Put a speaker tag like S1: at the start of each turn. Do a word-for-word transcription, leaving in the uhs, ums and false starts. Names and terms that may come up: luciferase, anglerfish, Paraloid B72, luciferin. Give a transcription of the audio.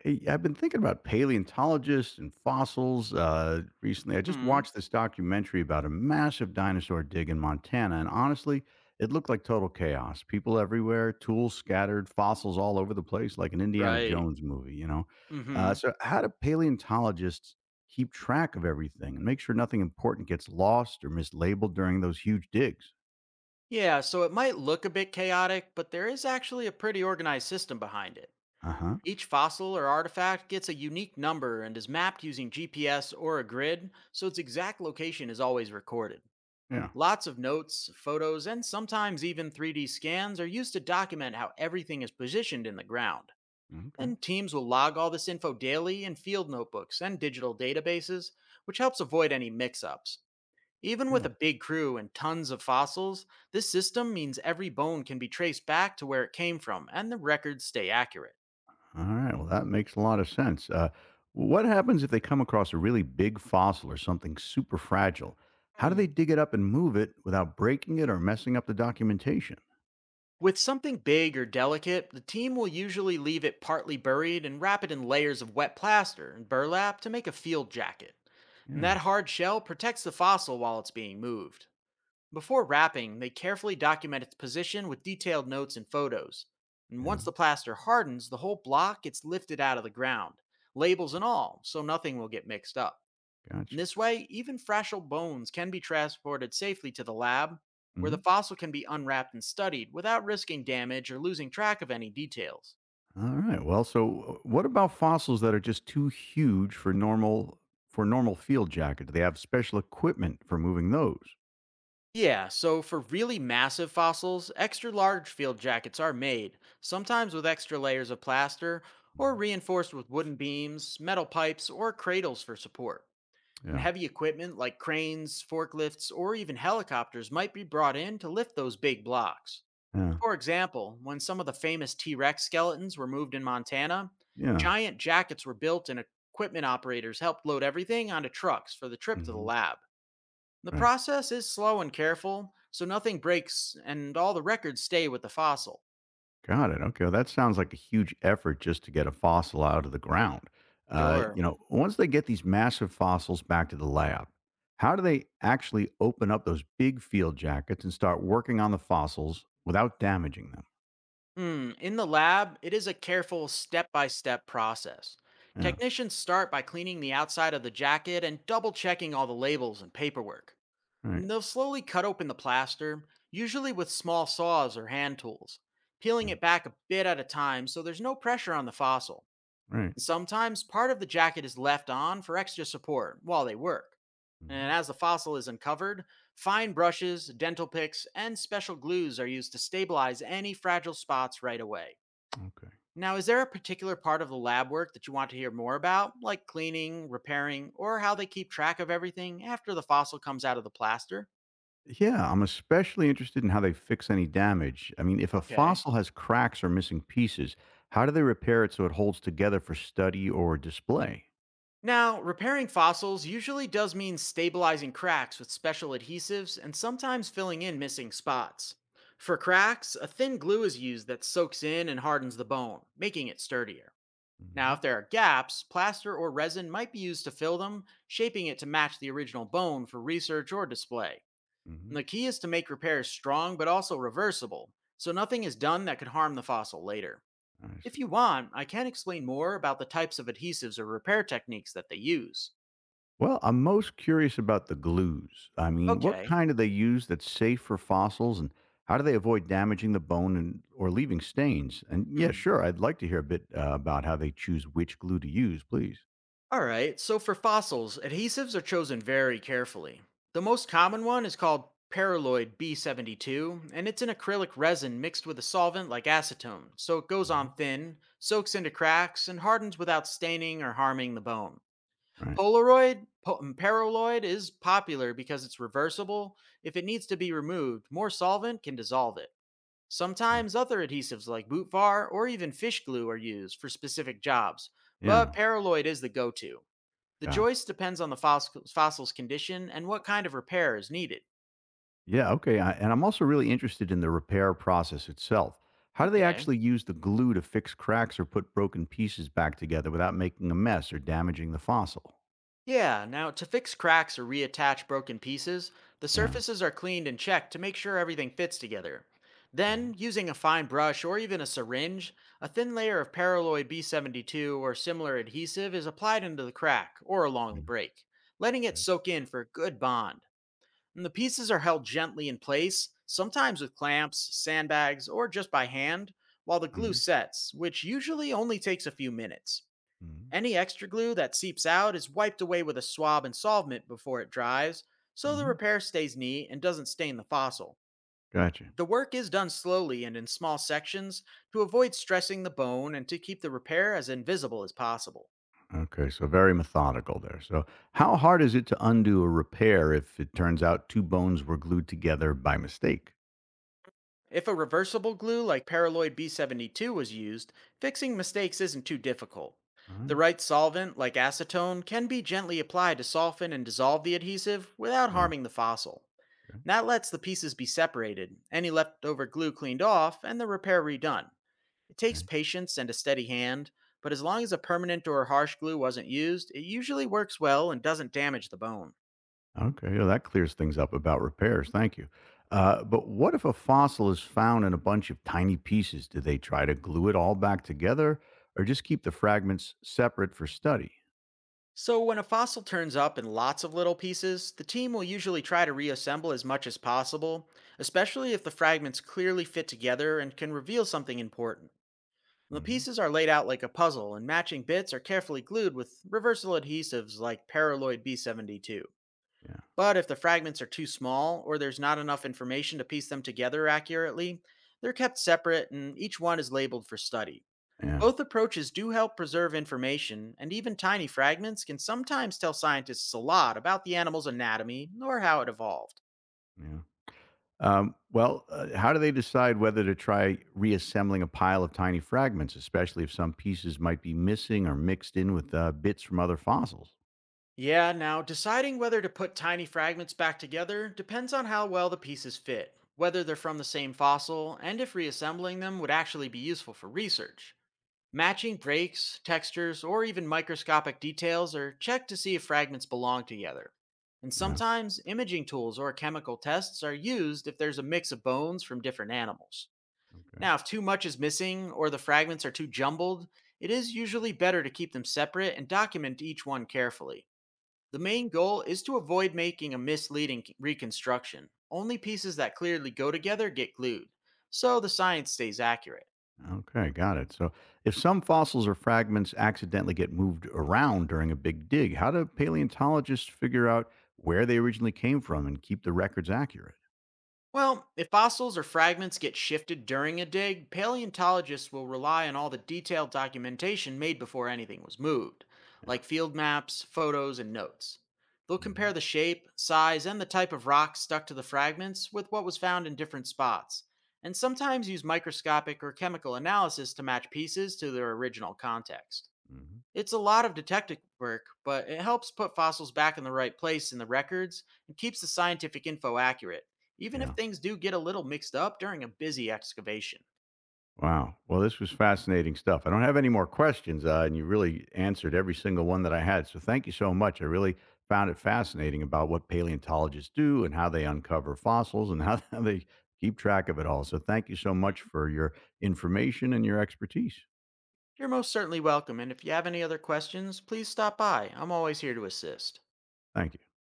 S1: Hey, I've been thinking about paleontologists and fossils uh, recently. I just
S2: Hmm.
S1: watched this documentary about a massive dinosaur dig in Montana, and honestly, it looked like total chaos. People everywhere, tools scattered, fossils all over the place, like an Indiana
S2: Right.
S1: Jones movie, you know? Uh,
S2: Hmm.
S1: so, how do paleontologists keep track of everything and make sure nothing important gets lost or mislabeled during those huge digs?
S2: Yeah, so it might look a bit chaotic, but there is actually a pretty organized system behind it.
S1: Uh huh.
S2: Each fossil or artifact gets a unique number and is mapped using G P S or a grid, so its exact location is always recorded.
S1: Yeah.
S2: Lots of notes, photos, and sometimes even three D scans are used to document how everything is positioned in the ground.
S1: Mm, okay.
S2: And teams will log all this info daily in field notebooks and digital databases, which helps avoid any mix ups. Even with
S1: Yeah.
S2: a big crew and tons of fossils, this system means every bone can be traced back to where it came from and the records stay accurate.
S1: All right. Well, that makes a lot of sense. Uh, what happens if they come across a really big fossil or something super fragile? How do they
S2: Hmm.
S1: dig it up and move it without breaking it or messing up the documentation?
S2: With something big or delicate, the team will usually leave it partly buried and wrap it in layers of wet plaster and burlap to make a field jacket. And
S1: Yeah.
S2: that hard shell protects the fossil while it's being moved. Before wrapping, they carefully document its position with detailed notes and photos. And
S1: Yeah.
S2: once the plaster hardens, the whole block gets lifted out of the ground, labels and all, so nothing will get mixed up. In
S1: Gotcha.
S2: this way, even fragile bones can be transported safely to the lab, where the
S1: Mhm.
S2: fossil can be unwrapped and studied without risking damage or losing track of any details.
S1: All right. Well, so uh, what about fossils that are just too huge for normal for normal field jacket? Do they have special equipment for moving those?
S2: Yeah, so for really massive fossils, extra large field jackets are made, sometimes with extra layers of plaster, or
S1: Mhm.
S2: reinforced with wooden beams, metal pipes, or cradles for support. And
S1: Yeah.
S2: heavy equipment like cranes, forklifts, or even helicopters might be brought in to lift those big blocks.
S1: Yeah.
S2: For example, when some of the famous T Rex skeletons were moved in Montana,
S1: Yeah.
S2: giant jackets were built and equipment operators helped load everything onto trucks for the trip to the
S1: Hmm.
S2: lab. The process is slow and careful, so nothing breaks and all the records stay with the fossil.
S1: Got it, okay, well, that sounds like a huge effort just to get a fossil out of the ground. Uh, you
S2: Sure.
S1: know, once they get these massive fossils back to the lab, how do they actually open up those big field jackets and start working on the fossils without damaging them?
S2: Hmm, in the lab, it is a careful step by step process.
S1: Yeah,
S2: Technicians start by cleaning the outside of the jacket and double checking all the labels and paperwork.
S1: right,
S2: They'll slowly cut open the plaster, usually with small saws or hand tools, peeling
S1: yeah,
S2: it back a bit at a time so there's no pressure on the fossil.
S1: right.
S2: Sometimes part of the jacket is left on for extra support while they work. And
S1: Mhm,
S2: as the fossil is uncovered, fine brushes, dental picks, and special glues are used to stabilize any fragile spots right away.
S1: okay.
S2: Now, is there a particular part of the lab work that you want to hear more about, like cleaning, repairing, or how they keep track of everything after the fossil comes out of the plaster?
S1: Yeah, I'm especially interested in how they fix any damage. I mean, if a
S2: Okay.
S1: fossil has cracks or missing pieces, how do they repair it so it holds together for study or display?
S2: Now, repairing fossils usually does mean stabilizing cracks with special adhesives and sometimes filling in missing spots. For cracks, a thin glue is used that soaks in and hardens the bone, making it sturdier. Now, if
S1: Hmm.
S2: there are gaps, plaster or resin might be used to fill them, shaping it to match the original bone for research or display. And
S1: Hmm.
S2: the key is to make repairs strong but also reversible, so nothing is done that could harm the fossil later.
S1: I see.
S2: If you want, I can explain more about the types of adhesives or repair techniques that they use.
S1: Well, I'm most curious about the glues. I mean, what
S2: Okay.
S1: kind do they use that's safe for fossils and how do they avoid damaging the bone and or leaving stains? And yeah,
S2: Hmm.
S1: sure, I'd like to hear a bit uh, about how they choose which glue to use, please.
S2: All right. So for fossils, adhesives are chosen very carefully. The most common one is called paraloid B seven two, and it's an acrylic resin mixed with a solvent like acetone, so it goes
S1: Hmm.
S2: on thin, soaks into cracks, and hardens without staining or harming the bone.
S1: Right.
S2: Polaroid po- um, paraloid is popular because it's reversible. If it needs to be removed, more solvent can dissolve it.
S1: Okay.
S2: Sometimes other adhesives like boot var or even fish glue are used for specific jobs, but
S1: Yeah.
S2: paraloid is the go to. The
S1: Got it.
S2: choice depends on the fossils- fossil's condition and what kind of repair is needed.
S1: Yeah. Okay. I, and I'm also really interested in the repair process itself. How do they
S2: Okay.
S1: actually use the glue to fix cracks or put broken pieces back together without making a mess or damaging the fossil?
S2: Yeah, now to fix cracks or reattach broken pieces, the
S1: Yeah.
S2: surfaces are cleaned and checked to make sure everything fits together.
S1: Hmm.
S2: Then, using a fine brush or even a syringe, a thin layer of paraloid B seven two or similar adhesive is applied into the crack or along
S1: Yeah.
S2: the break, letting it
S1: Okay.
S2: soak in for a good bond. And the pieces are held gently in place, sometimes with clamps, sandbags, or just by hand, while the glue
S1: Hmm.
S2: sets, which usually only takes a few minutes.
S1: Hmm.
S2: Any extra glue that seeps out is wiped away with a swab and solvent before it dries, so the
S1: Hmm.
S2: repair stays neat and doesn't stain the fossil.
S1: Gotcha.
S2: The work is done slowly and in small sections to avoid stressing the bone and to keep the repair as invisible as possible.
S1: Okay, so very methodical there. So, how hard is it to undo a repair if it turns out two bones were glued together by mistake?
S2: If a reversible glue like Paraloid B seven two was used, fixing mistakes isn't too difficult.
S1: Uh,
S2: The right solvent, like acetone, can be gently applied to soften and dissolve the adhesive without
S1: yeah.
S2: harming the fossil.
S1: Okay.
S2: That lets the pieces be separated, any leftover glue cleaned off, and the repair redone. It takes
S1: Okay.
S2: patience and a steady hand, but as long as a permanent or harsh glue wasn't used, it usually works well and doesn't damage the bone.
S1: Okay. Well, that clears things up about repairs. Thank you. Uh, but what if a fossil is found in a bunch of tiny pieces? Do they try to glue it all back together, or just keep the fragments separate for study?
S2: So, when a fossil turns up in lots of little pieces, the team will usually try to reassemble as much as possible, especially if the fragments clearly fit together and can reveal something important. The
S1: Hmm.
S2: pieces are laid out like a puzzle, and matching bits are carefully glued with reversible adhesives like Paraloid B seven two.
S1: Yeah.
S2: But if the fragments are too small, or there's not enough information to piece them together accurately, they're kept separate and each one is labeled for study.
S1: Yeah.
S2: Both approaches do help preserve information, and even tiny fragments can sometimes tell scientists a lot about the animal's anatomy or how it evolved.
S1: Yeah. Um, well, uh, how do they decide whether to try reassembling a pile of tiny fragments, especially if some pieces might be missing or mixed in with uh, bits from other fossils?
S2: Yeah, now deciding whether to put tiny fragments back together depends on how well the pieces fit, whether they're from the same fossil, and if reassembling them would actually be useful for research. Matching breaks, textures, or even microscopic details are checked to see if fragments belong together. And
S1: Yeah.
S2: sometimes imaging tools or chemical tests are used if there's a mix of bones from different animals.
S1: Okay.
S2: Now, if too much is missing or the fragments are too jumbled, it is usually better to keep them separate and document each one carefully. The main goal is to avoid making a misleading reconstruction. Only pieces that clearly go together get glued, so the science stays accurate.
S1: Okay. Got it. So, if some fossils or fragments accidentally get moved around during a big dig, how do paleontologists figure out where they originally came from and keep the records accurate?
S2: Well, if fossils or fragments get shifted during a dig, paleontologists will rely on all the detailed documentation made before anything was moved,
S1: Yeah.
S2: like field maps, photos, and notes. They'll compare
S1: Hmm.
S2: the shape, size, and the type of rock stuck to the fragments with what was found in different spots, and sometimes use microscopic or chemical analysis to match pieces to their original context.
S1: Hmm.
S2: It's a lot of detective work, but it helps put fossils back in the right place in the records and keeps the scientific info accurate, even if
S1: Yeah.
S2: things do get a little mixed up during a busy excavation.
S1: Wow. Well, this was fascinating stuff. I don't have any more questions, uh, and you really answered every single one that I had. So thank you so much. I really found it fascinating about what paleontologists do and how they uncover fossils and how how they keep track of it all. So thank you so much
S2: Mhm.
S1: for your information and your expertise.
S2: You're most certainly welcome, and if you have any other questions, please stop by. I'm always here to assist.
S1: Thanks.